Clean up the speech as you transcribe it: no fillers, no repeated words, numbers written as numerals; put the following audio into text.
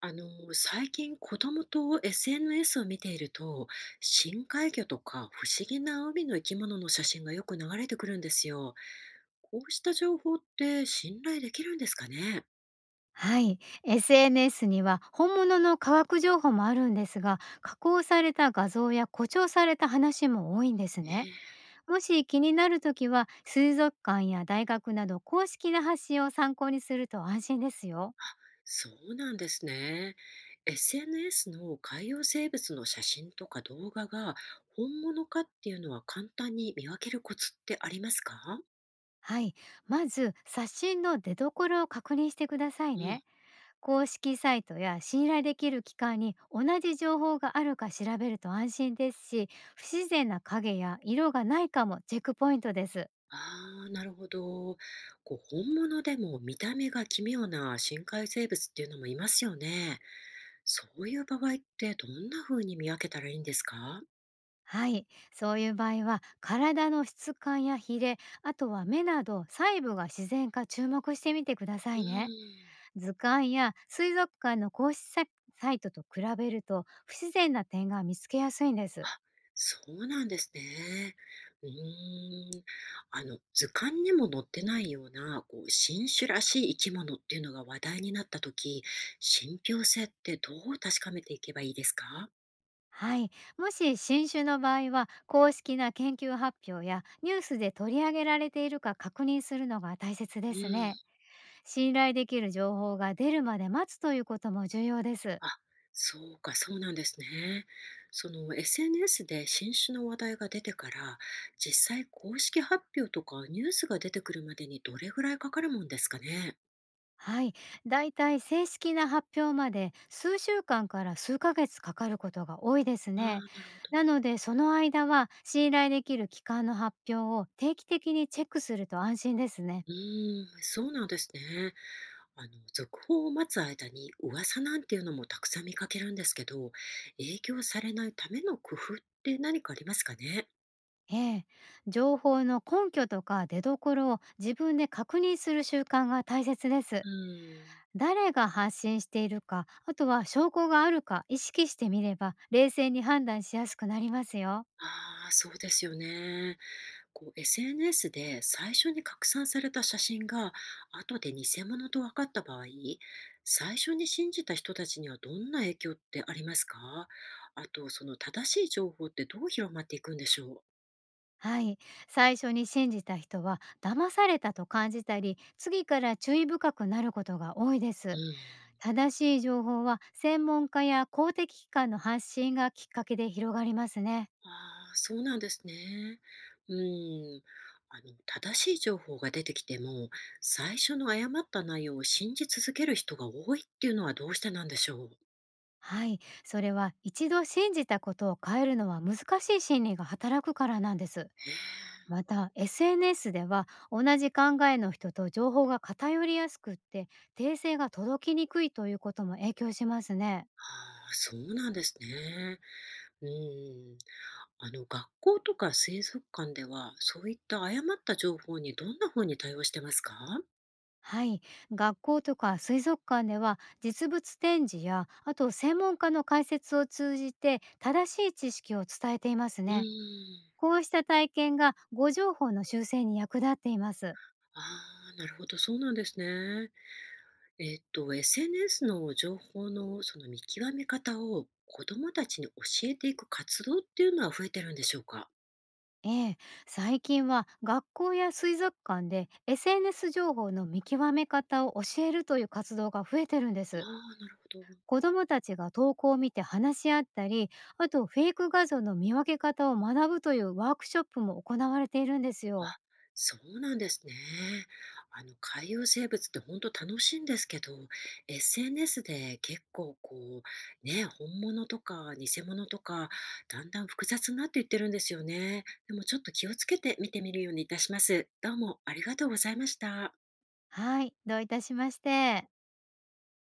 あの、最近子供と SNS を見ていると、深海魚とか不思議な海の生き物の写真がよく流れてくるんですよ。こうした情報って信頼できるんですかね？はい、SNS には本物の科学情報もあるんですが、加工された画像や誇張された話も多いんですえね。え。もし気になるときは、水族館や大学など公式な発信を参考にすると安心ですよ。そうなんですね。SNS の海洋生物の写真とか動画が本物かっていうのは簡単に見分けるコツってありますか？はい、まず刷新の出所を確認してくださいうん。ね。公式サイトや信頼できる機関に同じ情報があるか調べると安心ですし、不自然な影や色がないかもチェックポイントです。ああ、なるほど。こう、本物でも見た目が奇妙な深海生物っていうのもいますよね。そういう場合ってどんな風に見分けたらいいんですか？はい、そういう場合は体の質感やヒレ、あとは目など細部が自然か注目してみてくださうーいね。ん、図鑑や水族館の公式サイトと比べると、不自然な点が見つけやすいんです。そうなんですね。うーん、図鑑にも載ってないような、こう、新種らしい生き物っていうのが話題になった時、信憑性ってどう確かめていけばいいですか？はい、もし新種の場合は公式な研究発表やニュースで取り上げられているか確認するのが大切でうすん。ね。信頼できる情報が出るまで待つということも重要です。あ、そうか、そうなんですね。その SNS で新種の話題が出てから、実際公式発表とかニュースが出てくるまでにどれぐらいかかるもんですかね。はい、だいたい正式な発表まで数週間から数ヶ月かかることが多いですああ、ね。なるほど。なのでその間は信頼できる機関の発表を定期的にチェックすると安心ですね。うーん、そうなんですね。続報を待つ間に噂なんていうのもたくさん見かけるんですけど、影響されないための工夫って何かありますかね。ええ、情報の根拠とか出どころを自分で確認する習慣が大切です。うーん。誰が発信しているか、あとは証拠があるか意識してみれば、冷静に判断しやすくなりますよ。ああ、そうですよね。こう SNS で最初に拡散された写真が後で偽物と分かった場合、最初に信じた人たちにはどんな影響ってありますか？あと、その正しい情報ってどう広まっていくんでしょう？はい。最初に信じた人は騙されたと感じたり、次から注意深くなることが多いでうす。ん。正しい情報は専門家や公的機関の発信がきっかけで広がりますね。ああ、そうなんですね。うん。正しい情報が出てきても、最初の誤った内容を信じ続ける人が多いっていうのはどうしてなんでしょう？はい。それは一度信じたことを変えるのは難しい心理が働くからなんです。また SNS では同じ考えの人と情報が偏りやすくって、訂正が届きにくいということも影響しますね。ああ、そうなんですね。うん。学校とか水族館ではそういった誤った情報にどんな風に対応してますか？はい、学校とか水族館では実物展示や、あと専門家の解説を通じて正しい知識を伝えていますうーね。ん。こうした体験が誤情報の修正に役立っています。ああ、なるほど、そうなんですね。SNS の情報のその見極め方を子どもたちに教えていく活動っていうのは増えてるんでしょうか？ええ、最近は学校や水族館で SNS 情報の見極め方を教えるという活動が増えてるんであす。あ、なるほど。子どもたちが投稿を見て話し合ったり、あとフェイク画像の見分け方を学ぶというワークショップも行われているんですあ、よ。そうなんですね。海洋生物って本当楽しいんですけど、SNS で結構こう、ね、本物とか偽物とか、だんだん複雑になっていってるんですよね。でもちょっと気をつけて見てみるようにいたします。どうもありがとうございました。はい、どういたしまして。